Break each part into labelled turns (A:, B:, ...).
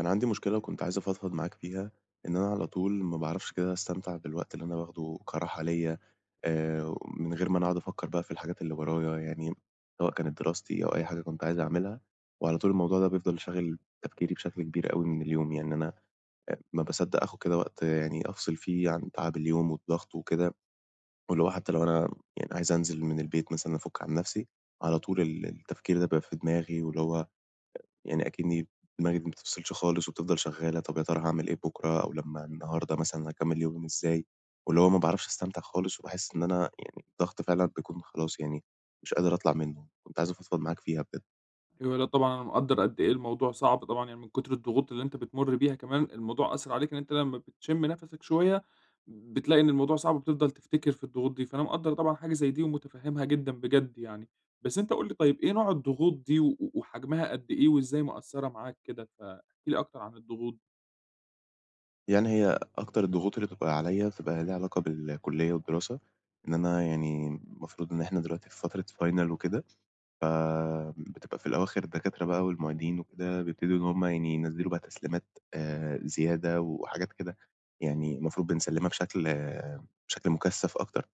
A: أنا عندي مشكلة وكنت عايز أفضفض معاك فيها، إن أنا على طول ما باعرفش كده أستمتع بالوقت اللي أنا باخده كراحة ليّا. من غير ما أنا أقعد أفكّر بقى في الحاجات اللي ورايا، يعني سواء كانت دراستي أو أي حاجة كنت عايز أعملها، وعلى طول الموضوع ده بيفضل شاغل تفكيري بشكل كبير أوي من اليوم. يعني أنا ما باصدّق آخُد كده وقت يعني أفصل فيه عن تعب اليوم والضغط وكده، واللي هو حتى لو أنا يعني عايز أنزل من البيت مثلًا أفُك عن نَفْسي، على طول التفكير ده بيبقى في دماغي واللي هو يعني أكنّي دماغي دي ما بتفصلش خالص وبتفضل شغّالة. طَب يا ترى هاعمل إيه بُكرة أو لمّا النهارده مثلًا هاكمّل يومي إزاي؟ واللي هو ما باعرفش أستمتع خالص وباحس إن أنا يعني الضغط فعلًا بيكون خلاص يعني مش قادر أطلع منّه. كنت عايز أفضفض معاك فيها بجد.
B: أيوه، لأ طبعًا أنا مقدّر قد إيه الموضوع صعب طبعًا، يعني من كتر الضغوط اللي أنت بتمُر بيها كمان الموضوع أثّر عليك إن أنت لمّا بتشم نَفَسك شوية، بتلاقي إن الموضوع صعب وبتفضل تفتكر في الضغوط دي، فأنا مقدّر طبعًا حاجة زي دي ومُتفهّمها جدًا بجد يعني. بس أنت قُل لي طيب إيه نوع الضغوط دي وحجمها قد إيه وإزاي مأثّرة معاك كده؟ فاحكِ لي أكتر عن الضغوط دي
A: يعني هي أكتر الضغوط اللي بتبقى عليّا بتبقى ليها علاقة بالكُلّية والدراسة، إن أنا يعني المفروض إن إحنا دلوقتي في فترة final وكده، فبتبقى في الأواخر الدكاترة بقى والمعيدين وكده بيبتدوا إن هم يعني ينزلوا بقى تسليمات زيادة وحاجات كده. يعني المفروض بنسلِّمها بشكل بشكل مُكثَّف أكتر.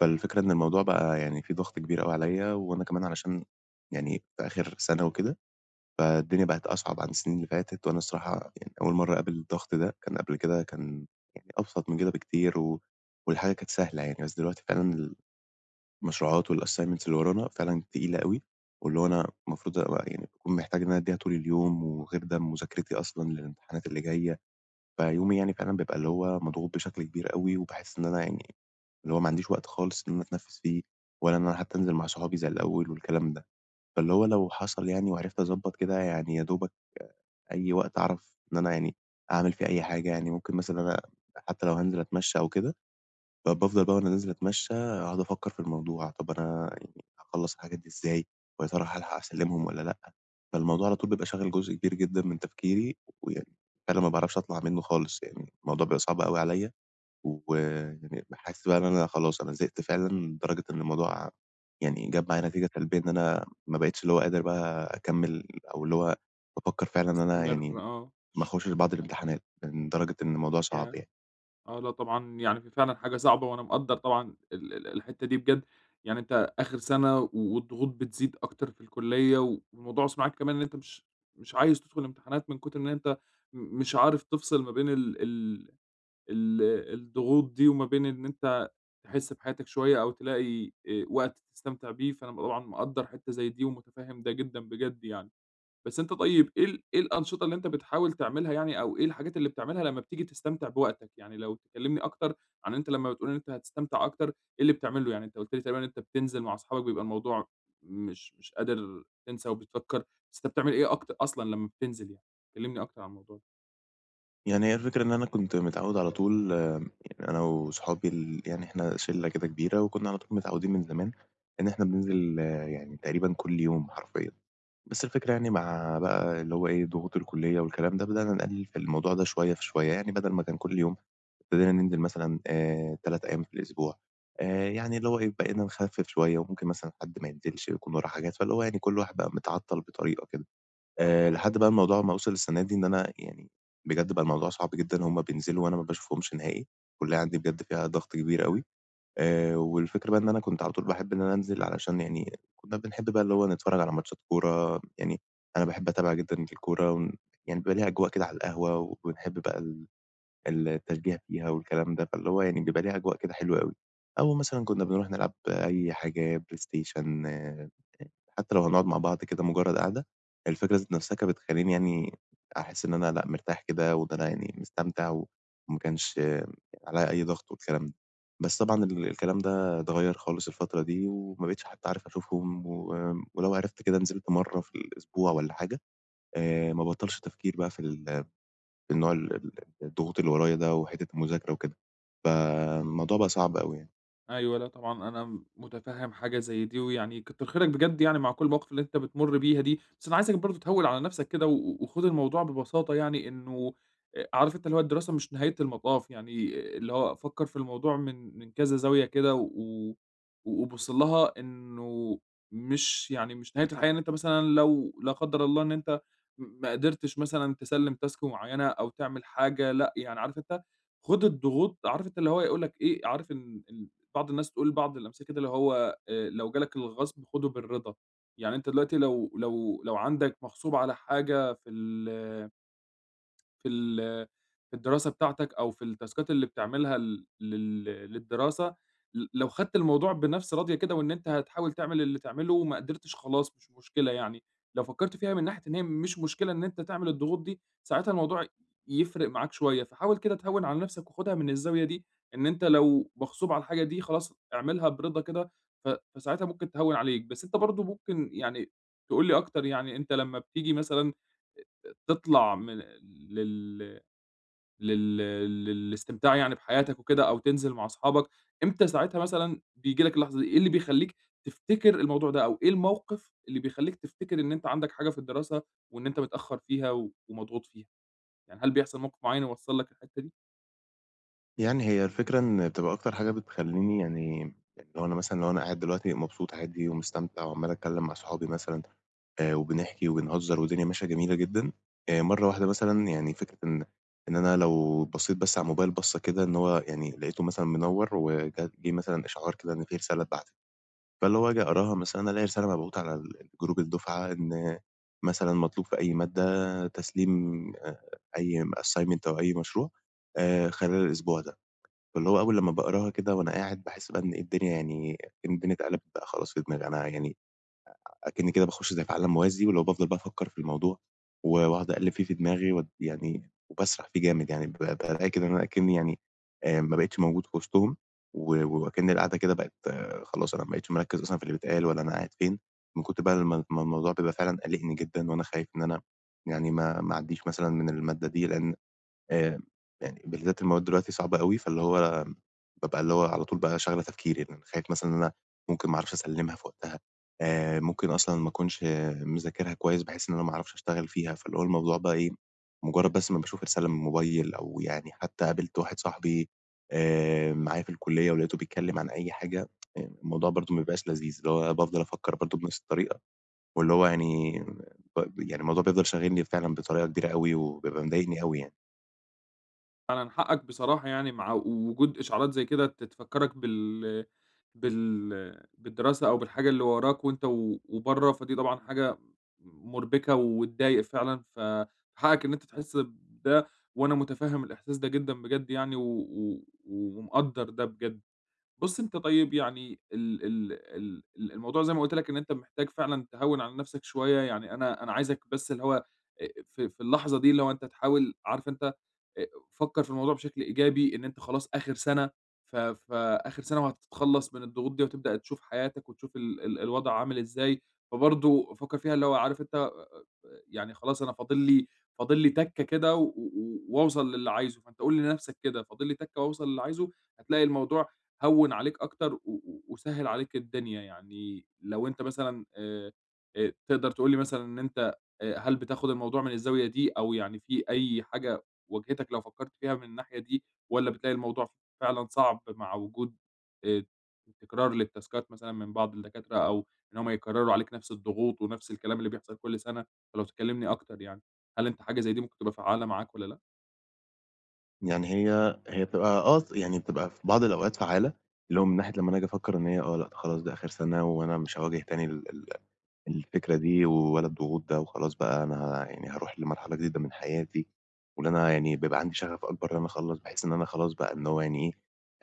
A: فالفكرة إن الموضوع بقى يعني في ضغط كبير أوي عليّا، وأنا كمان علشان يعني في آخر سَنة وكده، فالدنيا بقت أصعب عن السنين اللي فاتت، وأنا الصراحة يعني أول مرّة أقابل الضغط ده. كان قبل كده كان يعني أبسط من كده بكتير، والحاجة كانت سهلة يعني. بس دلوقتي فعلًا المشروعات والassignments اللي ورانا فعلًا تقيلة أوي، واللي هو أنا المفروض أبقى يعني باكون محتاج إن أنا أدّيها طول اليوم، وغير ده مذاكرتي أصلًا للامتحانات اللي جاية. فيومي يعني فعلًا بيبقى اللي هو مضغوط بشكل كبير أوي، وباحس إن أنا يعني اللي هو ما عنديش وقت خالص إن أنا أتنفّس فيه، ولا إن أنا حتى أنزل مع صحابي زي الأول والكلام ده. فاللي هو لو حصل يعني وعرفت أضبّط كده يعني يا دوبك أي وقت أعرف إن أنا يعني أعمل فيه أي حاجة، يعني ممكن مثلًا أنا حتى لو هانزل أتمشى أو كده، فبافضل بقى وأنا نازل أتمشّى أقعد أفكّر في الموضوع. طَب أنا يعني هاخلّص الحاجات دي إزاي، ويا ترى هالحق أسلّمهم والّا لأ؟ فالموضوع على طول بيبقى شاغل جزء كبير جدًا من تفكيري، ويعني فعلًا ما باعرفش أطلع منّه خالص. يعني الموضوع بيبقى صعب أوي عليَّ، ويعني باحس بقى إن أنا خلاص أنا زهقت فعلًا لدرجة إن الموضوع يعني جاب معايا نتيجة سلبية إن أنا ما بقيتش اللي هو قادر بقى أكمّل، أو اللي هو بافكّر فعلًا إن أنا
B: بتستمر
A: يعني
B: آه. في
A: ما
B: الشغل؟
A: أخشش بعض الامتحانات، من درجة إن الموضوع صعب يعني.
B: آه، لأ طبعًا يعني فعلًا حاجة صعبة، وأنا مقدّر طبعًا ال ال الحتّة دي بجد، يعني أنت آخر سَنة والضغوط بتزيد أكتر في الكلية، والموضوع واصل معاك كمان إن أنت مش عايز تدخل امتحانات من كتر إن أنت مش عارف تفصل ما بين ال الضغوط دي، وما بين إن أنت تحس بحياتك شوية أو تلاقي وقت تستمتع بيه، فأنا طبعًا مقدّر حتّة زي دي ومتفهّم ده جدًا بجد يعني. بس أنت طيب إيه الأنشطة اللي أنت بتحاول تعملها يعني أو إيه الحاجات اللي بتعملها لمّا بتيجي تستمتع بوقتك؟ يعني لو تكلّمني أكتر عن أنت لمّا بتقول إن أنت هتستمتع أكتر، إيه اللي بتعمله؟ يعني أنت قُلت لي تقريبًا إن أنت بتنزل مع أصحابك بيبقى الموضوع مش قادر تنسى وبتفكّر، بس أنت بتعمل إيه أكتر أصلًا لمّا بتنزل يعني؟ كلّمني أكتر عن الموضوع ده.
A: يعني هي الفكرة إن أنا كنت متعوّد على طول. أنا وصحابي يعني إحنا شِلّة كده كبيرة، وكنا على طول متعوّدين من زمان إن إحنا بننزل يعني تقريبًا كل يوم حرفيًا. بس الفكرة يعني مع بقى اللي هو إيه، ضغوط الكُلّية والكلام ده، بدأنا نقلِّل في الموضوع ده شوية في شوية، يعني بدل ما كان كل يوم ابتدينا ننزل مثلًا 3 أيام في الأسبوع. يعني اللي هو إيه، بقينا نخفِّف شوية وممكن مثلًا حد ما ينزلش يكون وراه حاجات، فاللي هو يعني كل واحد بقى متعطّل بطريقة كده. لحد بقى الموضوع ما وصل السنة دي، إن أنا يعني بجد بقى الموضوع صعب جدًا، هُم بينزلوا وأنا ما باشوفهمش نهائي. الكلية عندي بجد فيها ضغط كبير أوي. والفكرة بقى إن أنا كنت على طول باحب إن أنا أنزل، علشان يعني كنا بنحب بقى اللي هو نتفرّج على ماتشات كورة. يعني أنا باحب أتابع جدًا الكورة يعني بيبقى ليها أجواء كده على القهوة، وبنحب بقى التشجيع فيها والكلام ده، فاللي هو يعني بيبقى ليها أجواء كده حلوة أوي. أو مثلًا كنا بنروح نلعب أي حاجة بلاي ستيشن حتى لو هنقعد مع بعض كده مجرد قعدة، الفكرة ذات نفسها كانت بتخلّيني يعني أحس إن أنا لأ مرتاح كده، وإن أنا يعني مستمتع، وما كانش عليّا أي ضغط والكلام ده. بس طبعًا الكلام ده اتغيّر خالص الفترة دي، وما بقيتش حتى عارف أشوفهم، ولو عرفت كده نزلت مرّة في الأسبوع والّا حاجة. ما باطّلش تفكير بقى في النوع ال ال الضغوط اللي ورايا ده وحتّة المذاكرة وكده. فالموضوع بقى صعب أوي يعني.
B: أيوه، لأ طبعًا أنا مُتفهِّم حاجة زي دي، ويعني كتّر خيرك بجد يعني مع كل المواقف اللي أنت بتمُر بيها دي، بس أنا عايزك برضه تهوِّل على نَفْسك كده وخُد الموضوع ببساطة يعني إنه عارف أنت اللي هو الدراسة مش نهاية المطاف، يعني آه، اللي هو فكّر في الموضوع من كذا زاوية كده وبُص لها إنه مش نهاية الحياة إن أنت مثلًا لو لا قدّر الله إن أنت ما قدرتش مثلًا تسلِّم task معيّنة أو تعمل حاجة لأ. يعني عارف أنت خُد الضغوط، عارف أنت اللي هو يقول لك إيه، عارف إن بعض الناس تقول بعض الأمثلة كده اللي هو لو جالك الغصب خُده بالرضا، يعني أنت دلوقتي لو عندك مغصوب على حاجة في ال في ال في الدراسة بتاعتك أو في التاسكات اللي بتعملها ل لل للدراسة، لو خدت الموضوع بنَفْس راضية كده وإن أنت هتحاول تعمل اللي تعمله وما قدرتش خلاص مش مشكلة يعني. لو فكّرت فيها من ناحية إن هي مش مشكلة إن أنت تعمل الضغوط دي، ساعتها الموضوع يفرق معاك شوية، فحاول كده تهوّن على نَفْسك وخُدها من الزاوية دي، إن أنت لو مغصوب على الحاجة دي خلاص اعملها برضا كده. ف فساعتها ممكن تهوّن عليك، بس أنت برضه ممكن يعني تقول لي أكتر. يعني أنت لمّا بتيجي مثلًا تطلع من لل لل للاستمتاع يعني بحياتك وكده أو تنزل مع أصحابك، إمتى ساعتها مثلًا بييجي لك اللحظة دي؟ إيه اللي بيخلّيك تفتكر الموضوع ده أو إيه الموقف اللي بيخلّيك تفتكر إن أنت عندك حاجة في الدراسة وإن أنت متأخّر فيها ومضغوط فيها؟ يعني هل بيحصل موقف معيّن يوصّل لك الحتّة دي؟
A: يعني هي الفكرة إن بتبقى أكتر حاجة بتخلّيني يعني، يعني لو أنا مثلًا لو أنا قاعد دلوقتي مبسوط عادي ومستمتع وعمّال أتكلّم مع صحابي مثلًا، وبنحكي وبنهزّر والدنيا ماشية جميلة جدًا. مرّة واحدة مثلًا يعني فكرة إن إن أنا لو بصّيت بس على الموبايل بصّة كده، إن هو يعني لقيته مثلًا منوّر، وجات مثلًا إشعار كده إن في رسالة اتبعتت. فاللي هو آجي أقراها مثلًا ألاقي رسالة مبعوتة على جروب الدُفعة إن مثلًا مطلوب في أي مادة تسليم آآ أي assignment أو أي مشروع خلال الأسبوع ده. فاللي هو أول لمّا باقراها كده وأنا قاعد، باحس بقى إن إيه الدنيا يعني، إن الدنيا اتقلبت بقى خلاص في دماغي. أنا يعني أكنّي كده باخش زي في عالم موازي، واللي هو بافضل بقى أفكّر في الموضوع، واقعد أقلّب فيه في دماغي واد يعني، وباسرح فيه جامد يعني. بالاقي كده إن أنا أكنّي يعني ما بقيتش موجود في وسطهم، وأكن القعدة كده بقت خلاص أنا ما بقيتش مركّز أصلًا في اللي بيتقال، ولا أنا قاعد فين، من كتر بقى ما الموضوع بيبقى فعلًا قالقني جدًا. وأنا خايف إن أنا يعني ما أعدّيش مثلًا من المادة دي، لإن آآ يعني بالذات المواد دلوقتي صعبة أوي. فاللي هو بابقى اللي هو على طول بقى شاغلة تفكيري، لإن أنا خايف مثلًا إن أنا ممكن ما أعرفش أسلِّمها في وقتها. ممكن أصلًا ما أكونش مذاكرها كويس بحيث إن أنا ما أعرفش أشتغل فيها. فاللي هو الموضوع بقى إيه، مجرّد بس ما باشوف رسالة من الموبايل، أو يعني حتى قابلت واحد صاحبي معايا في الكلية ولقيته بيتكلّم عن أي حاجة، الموضوع برضه ما بيبقاش لذيذ، اللي هو بافضل أفكّر برضه بنفس الطريقة، واللي هو يعني يعني الموضوع بيفضل شاغلني فعلًا بطريقة كبيرة أوي، وبيبقى مضايقني أوي يعني.
B: فعلًا حقك بصراحة، يعني مع وجود إشعارات زي كده تفكّرك بال بالدراسة أو بالحاجة اللي وراك وأنت وبرّه، فدي طبعًا حاجة مُربكة وتضايق فعلًا، فحقك إن أنت تحس بده وأنا متفهّم الإحساس ده جدًا بجد يعني و و ومقدّر ده بجد. بُص أنت طيب يعني ال ال ال ال الموضوع زي ما قُلت لك إن أنت محتاج فعلًا تهوّن على نَفْسك شوية، يعني أنا عايزك بس اللي هو في في اللحظة دي اللي هو أنت تحاول عارف أنت فكّر في الموضوع بشكل إيجابي، إن أنت خلاص آخر سَنة فآخر سَنة وهتتخلّص من الضغوط دي وتبدأ تشوف حياتك وتشوف ال ال الوضع عامل إزاي، فبرضه فكّر فيها اللي هو عارف أنت يعني خلاص أنا فاضل لي تَكّة كده و و وأوصل للي عايزه، فأنت قُل لنَفْسك كده فاضل لي تَكّة وأوصل للي عايزه، هتلاقي الموضوع هوّن عليك أكتر و و وسهّل عليك الدنيا. يعني لو أنت مثلًا تقدر تقول لي مثلًا إن أنت هل بتاخد الموضوع من الزاوية دي أو يعني في أي حاجة واجهتك لو فكّرت فيها من الناحية دي، والّا بتلاقي الموضوع فعلًا صعب مع وجود آآ تكرار للتاسكات مثلًا من بعض الدكاترة أو إن هم يكرّروا عليك نفس الضغوط ونفس الكلام اللي بيحصل كل سنة؟ فلو تكلّمني أكتر يعني، هل أنت حاجة زي دي ممكن تبقى فعّالة معاك والّا لأ؟
A: يعني هي بتبقى آه، ص يعني بتبقى في بعض الأوقات فعّالة، اللي هو من ناحية لمّا أنا آجي أفكّر إن هي لأ خلاص ده آخر سَنة، وأنا مش هاواجه تاني ال ال الفكرة دي ولا الضغوط ده، وخلاص بقى أنا يعني هاروح لمرحلة جديدة من حياتي، واللي أنا يعني بيبقى عندي شغف أكبر إن أنا أخلّص، بحيث إن أنا خلاص بقى إن هو يعني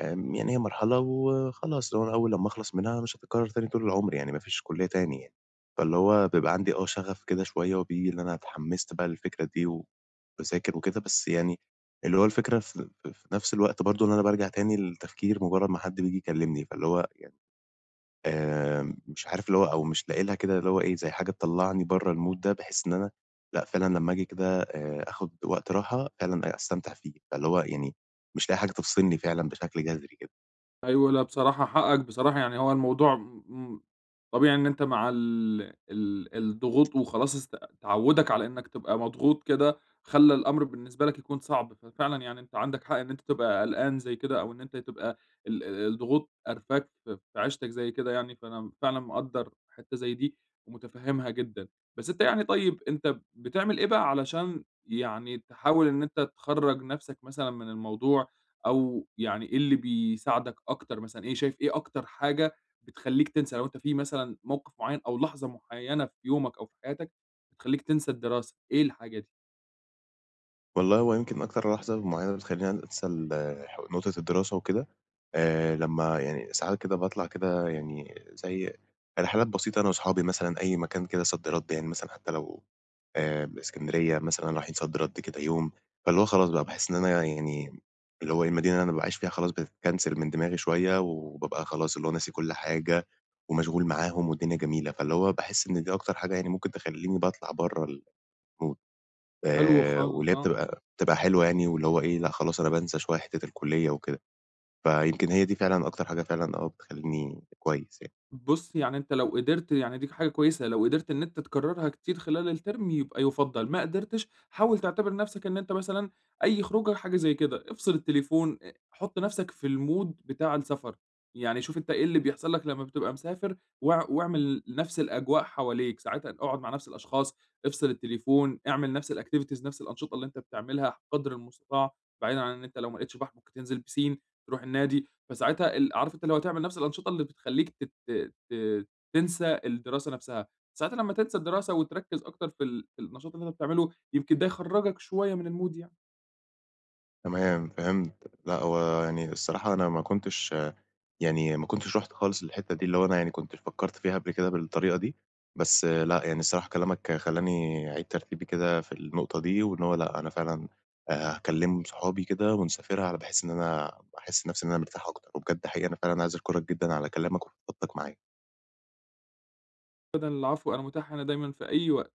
A: إيه. يعني هي مرحلة وخلاص، اللي هو أنا أول لمّا أخلص منها مش هتتكرر تاني طول العمر، يعني ما فيش كلية تاني يعني. فاللي هو بيبقى عندي شغف كده شوية، وبييجي اللي أنا اتحمست بقى للفكرة دي وباذاكر وكده. بس يعني اللي هو الفكرة في نفس الوقت برضه إن أنا بارجع تاني للتفكير مجرد ما حد بييجي يكلمني. فاللي هو مش عارف اللي هو، أو مش لاقي لها كده اللي هو إيه، زي حاجة تطلّعني برّه الmood ده، بحيث إن أنا لأ فعلًا لمّا آجي كده آخُد وقت راحة، فعلًا أستمتع فيه. فاللي هو يعني مش لاقي حاجة تفصلني فعلًا بشكل جذري كده.
B: أيوه، لأ بصراحة حقك بصراحة، يعني هو الموضوع طبيعي إن أنت مع ال الضغوط وخلاص تعوُّدك على إنّك تبقى مضغوط كده، خلّى الأمر بالنسبة لك يكون صعب، ففعلًا يعني أنت عندك حق إن أنت تبقى قلقان زي كده أو إن أنت تبقى الضغوط قارفاك في عيشتك زي كده يعني، فأنا فعلًا مقدّر حتّة زي دي ومُتفهِّمها جدًا. بس أنت يعني طيب أنت بتعمل إيه بقى علشان يعني تحاول إن أنت تخرّج نَفْسك مثلًا من الموضوع أو يعني إيه اللي بيساعدك أكتر مثلًا، إيه شايف إيه أكتر حاجة بتخلّيك تنسى؟ لو أنت في مثلًا موقف معيّن أو لحظة معيّنة في يومك أو في حياتك بتخلّيك تنسى الدراسة، إيه الحاجة دي؟
A: والله هو يمكن أكتر لحظة معيّنة بتخلّيني أنسى ال ح نقطة الدراسة وكده، لمّا يعني ساعات كده باطلع كده يعني زي رحلات بسيطة أنا وأصحابي مثلًا أي مكان كده صد رد، يعني مثلًا حتى لو إسكندرية مثلًا رايحين صد رد كده يوم. فاللي هو خلاص بقى باحس إن أنا يعني اللي هو إيه، المدينة اللي أنا باعيش فيها خلاص بتتكنسل من دماغي شوية، وبابقى خلاص اللي هو ناسي كل حاجة، ومشغول معاهم والدنيا جميلة. فاللي هو باحس إن دي أكتر حاجة يعني ممكن تخلّيني باطلع برّه الmood.
B: حلو خالص،
A: واللي هي
B: آه.
A: بتبقى بتبقى حلوة يعني، واللي هو إيه، لأ خلاص أنا بانسى شوية حتّة الكُلّية وكده. فيمكن هي دي فعلًا أكتر حاجة فعلًا بتخلّيني كويس يعني.
B: بُص، يعني أنت لو قدرت يعني دي حاجة كويسة، لو قدرت إن أنت تكررها كتير خلال الترم يبقى يُفضّل، ما قدرتش حاول تعتبر نفسك إن أنت مثلًا أي خروجة حاجة زي كده، افصل التليفون، حُط نفسك في الmood بتاع السفر، يعني شوف أنت إيه اللي بيحصل لك لمّا بتبقى مسافر واعمل نفس الأجواء حواليك، ساعتها اقعد مع نفس الأشخاص، افصل التليفون، اعمل نفس الactivities نفس الأنشطة اللي أنت بتعملها قدر المستطاع، بعيدًا عن إن أنت لو ما لقيتش بحر ممكن تنزل بيسين، تروح النادي. فساعتها عارف أنت اللي هو تعمل نفس الأنشطة اللي بتخلّيك تت ت تنسى الدراسة نفسها، ساعتها لمّا تنسى الدراسة وتركّز أكتر في في النشاط اللي أنت بتعمله، يمكن ده يخرّجك شوية من الmood يعني.
A: تمام، فهمت. لأ هو يعني الصراحة أنا ما كنتش يعني ما كنتش رُحت خالص للحتّة دي، اللي هو أنا يعني كنت فكّرت فيها قبل كده بالطريقة دي، بس لأ، يعني الصراحة كلامك خلّاني أعيد ترتيبي كده في النقطة دي، وإن هو لأ، أنا فعلًا هاكلّم صحابي كده ونسافرها، على بحيث إن أنا أحس نَفْسي إن أنا مرتاح أكتر. وبجد حقيقي أنا فعلًا عايز أشكرك جدًا على كلامك وفضفضتك معايا.
B: أبدًا العفو، أنا متاح هنا دايمًا في أي وقت.